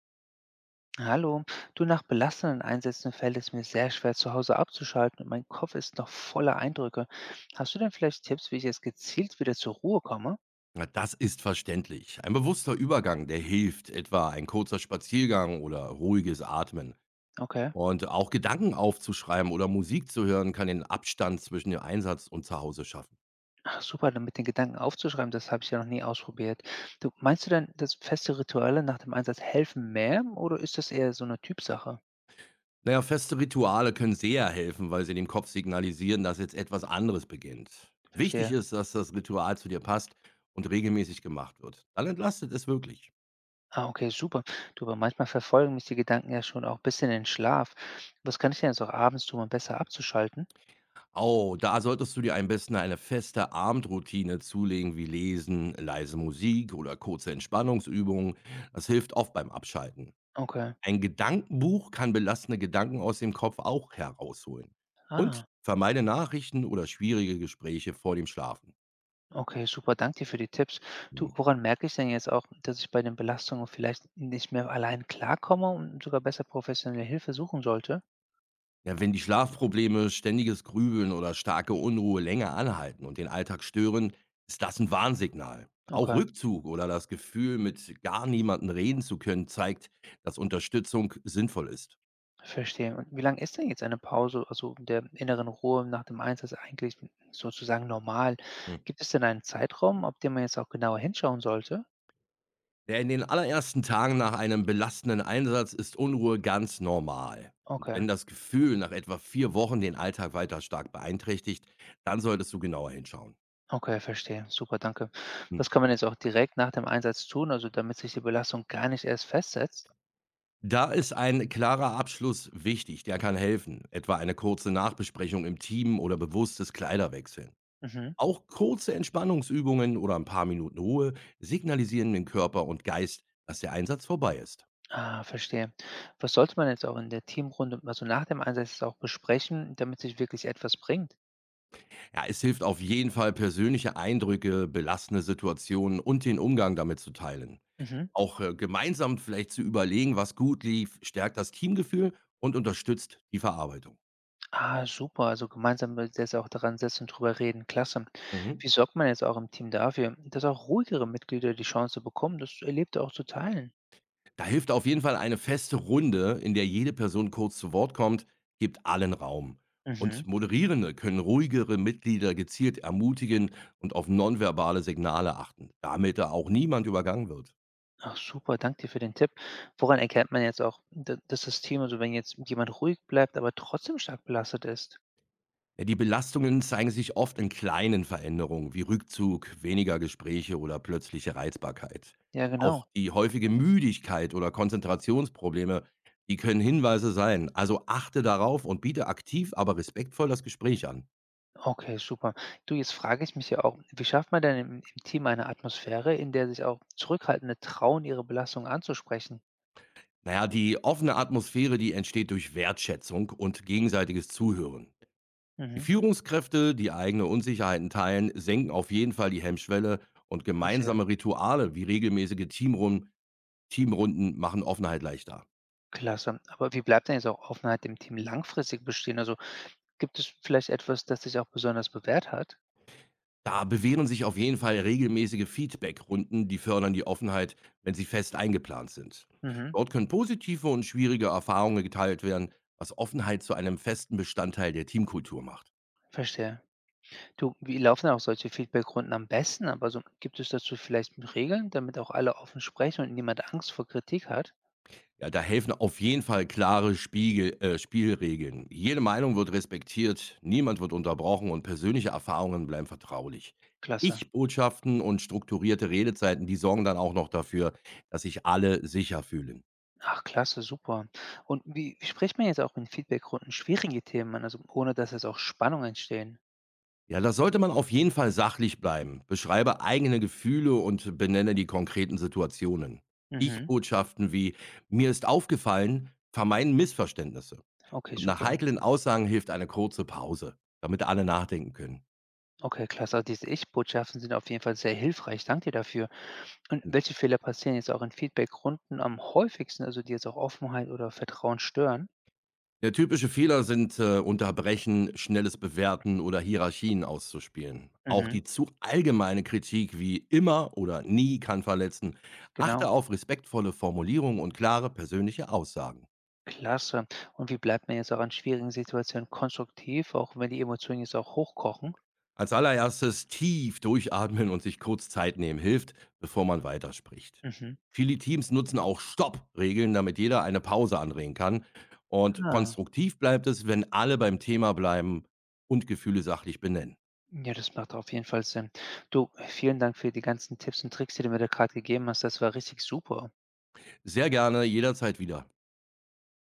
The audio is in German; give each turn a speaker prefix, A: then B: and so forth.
A: Hallo, du, nach belastenden Einsätzen fällt es mir sehr schwer, zu Hause abzuschalten und mein Kopf ist noch voller Eindrücke. Hast du denn vielleicht Tipps, wie ich jetzt gezielt wieder zur Ruhe komme?
B: Na, das ist verständlich. Ein bewusster Übergang, der hilft, etwa ein kurzer Spaziergang oder ruhiges Atmen.
A: Okay.
B: Und auch Gedanken aufzuschreiben oder Musik zu hören, kann den Abstand zwischen dem Einsatz und zu Hause schaffen.
A: Ach, super, dann mit den Gedanken aufzuschreiben, das habe ich ja noch nie ausprobiert. Du, meinst du denn, dass feste Rituale nach dem Einsatz helfen mehr oder ist das eher so eine Typsache?
B: Naja, feste Rituale können sehr helfen, weil sie dem Kopf signalisieren, dass jetzt etwas anderes beginnt. Wichtig
A: Verstehe.
B: ist, dass das Ritual zu dir passt und regelmäßig gemacht wird. Dann entlastet es wirklich.
A: Ah, okay, super. Du, aber manchmal verfolgen mich die Gedanken ja schon auch bis in den Schlaf. Was kann ich denn jetzt auch abends tun, um besser abzuschalten?
B: Oh, da solltest du dir am besten eine feste Abendroutine zulegen, wie Lesen, leise Musik oder kurze Entspannungsübungen. Das hilft oft beim Abschalten.
A: Okay.
B: Ein Gedankenbuch kann belastende Gedanken aus dem Kopf auch herausholen. Und
A: Ah.
B: vermeide Nachrichten oder schwierige Gespräche vor dem Schlafen.
A: Okay, super, danke dir für die Tipps. Du,
B: Hm.
A: woran merke ich denn jetzt auch, dass ich bei den Belastungen vielleicht nicht mehr allein klarkomme und sogar besser professionelle Hilfe suchen sollte?
B: Ja, wenn die Schlafprobleme, ständiges Grübeln oder starke Unruhe länger anhalten und den Alltag stören, ist das ein Warnsignal. Auch
A: Okay,
B: Rückzug oder das Gefühl, mit gar niemandem reden zu können, zeigt, dass Unterstützung sinnvoll ist.
A: verstehe. Und wie lange ist denn jetzt eine Pause, also der inneren Ruhe nach dem Einsatz eigentlich sozusagen normal?
B: Hm.
A: Gibt es denn einen Zeitraum, auf den man jetzt auch genauer hinschauen sollte?
B: Ja, in den allerersten Tagen nach einem belastenden Einsatz ist Unruhe ganz normal. Und
A: Okay,
B: wenn das Gefühl nach etwa vier Wochen den Alltag weiter stark beeinträchtigt, dann solltest du genauer hinschauen.
A: okay, verstehe. Super, danke.
B: Hm.
A: Was kann man jetzt auch direkt nach dem Einsatz tun, also damit sich die Belastung gar nicht erst festsetzt?
B: Da ist ein klarer Abschluss wichtig, der kann helfen, etwa eine kurze Nachbesprechung im Team oder bewusstes Kleiderwechseln.
A: Mhm.
B: Auch kurze Entspannungsübungen oder ein paar Minuten Ruhe signalisieren dem Körper und Geist, dass der Einsatz vorbei ist.
A: Ah, verstehe. Was sollte man jetzt auch in der Teamrunde, also nach dem Einsatz jetzt auch besprechen, damit sich wirklich etwas bringt?
B: Ja, es hilft auf jeden Fall, persönliche Eindrücke, belastende Situationen und den Umgang damit zu teilen.
A: Mhm.
B: Auch gemeinsam vielleicht zu überlegen, was gut lief, stärkt das Teamgefühl und unterstützt die Verarbeitung.
A: Ah, super. Also gemeinsam wird jetzt auch daran setzen und drüber reden. Klasse.
B: Mhm.
A: Wie sorgt man jetzt auch im Team dafür, dass auch ruhigere Mitglieder die Chance bekommen, das Erlebte auch zu teilen?
B: Da hilft auf jeden Fall eine feste Runde, in der jede Person kurz zu Wort kommt, gibt allen Raum.
A: Mhm.
B: Und Moderierende können ruhigere Mitglieder gezielt ermutigen und auf nonverbale Signale achten, damit da auch niemand übergangen wird.
A: Ach, super. Danke dir für den Tipp. Woran erkennt man jetzt auch, dass das Team, also wenn jetzt jemand ruhig bleibt, aber trotzdem stark belastet ist?
B: Ja, die Belastungen zeigen sich oft in kleinen Veränderungen wie Rückzug, weniger Gespräche oder plötzliche Reizbarkeit.
A: Ja,
B: Auch
A: genau.
B: die häufige Müdigkeit oder Konzentrationsprobleme, die können Hinweise sein. Also achte darauf und biete aktiv, aber respektvoll das Gespräch an.
A: Okay, super. Du, jetzt frage ich mich ja auch, wie schafft man denn im Team eine Atmosphäre, in der sich auch Zurückhaltende trauen, ihre Belastung anzusprechen?
B: Naja, die offene Atmosphäre, die entsteht durch Wertschätzung und gegenseitiges Zuhören. Die
A: Mhm,
B: Führungskräfte, die eigene Unsicherheiten teilen, senken auf jeden Fall die Hemmschwelle und
A: verstehe.
B: gemeinsame Rituale wie regelmäßige Teamrunden machen Offenheit leichter.
A: Klasse. Aber wie bleibt denn jetzt auch Offenheit im Team langfristig bestehen? Also gibt es vielleicht etwas, das sich auch besonders bewährt hat?
B: Da bewähren sich auf jeden Fall regelmäßige Feedbackrunden, die fördern die Offenheit, wenn sie fest eingeplant sind.
A: Mhm,
B: Dort können positive und schwierige Erfahrungen geteilt werden, was Offenheit zu einem festen Bestandteil der Teamkultur macht.
A: verstehe. Du, wie laufen denn auch solche Feedbackrunden am besten? Aber so, gibt es dazu vielleicht Regeln, damit auch alle offen sprechen und niemand Angst vor Kritik hat?
B: Ja, da helfen auf jeden Fall klare Spielregeln. Jede Meinung wird respektiert, niemand wird unterbrochen und persönliche Erfahrungen bleiben vertraulich.
A: Klasse.
B: Ich-Botschaften und strukturierte Redezeiten, die sorgen dann auch noch dafür, dass sich alle sicher fühlen.
A: Ach, klasse, super. Und wie spricht man jetzt auch in Feedbackrunden schwierige Themen an, also ohne dass jetzt auch Spannung entstehen?
B: Ja, da sollte man auf jeden Fall sachlich bleiben. Beschreibe eigene Gefühle und benenne die konkreten Situationen.
A: Mhm.
B: Ich-Botschaften wie „mir ist aufgefallen" vermeiden Missverständnisse.
A: Okay,
B: Und nach
A: super.
B: heiklen Aussagen hilft eine kurze Pause, damit alle nachdenken können.
A: Okay, klasse. Also diese Ich-Botschaften sind auf jeden Fall sehr hilfreich. Danke dir dafür. Und welche Fehler passieren jetzt auch in Feedbackrunden am häufigsten, also die jetzt auch Offenheit oder Vertrauen stören?
B: Ja, typische Fehler sind Unterbrechen, schnelles Bewerten oder Hierarchien auszuspielen. Auch
A: Mhm.
B: die zu allgemeine Kritik wie immer oder nie kann verletzen. Achte
A: Genau.
B: auf respektvolle Formulierungen und klare persönliche Aussagen.
A: Klasse. Und wie bleibt man jetzt auch an schwierigen Situationen konstruktiv, auch wenn die Emotionen jetzt auch hochkochen?
B: Als allererstes tief durchatmen und sich kurz Zeit nehmen hilft, bevor man weiterspricht.
A: Mhm.
B: Viele Teams nutzen auch Stopp-Regeln, damit jeder eine Pause anregen kann. Und
A: Ah.
B: konstruktiv bleibt es, wenn alle beim Thema bleiben und Gefühle sachlich benennen.
A: Ja, das macht auf jeden Fall Sinn. Du, vielen Dank für die ganzen Tipps und Tricks, die du mir da gerade gegeben hast. Das war richtig super.
B: Sehr gerne, jederzeit wieder.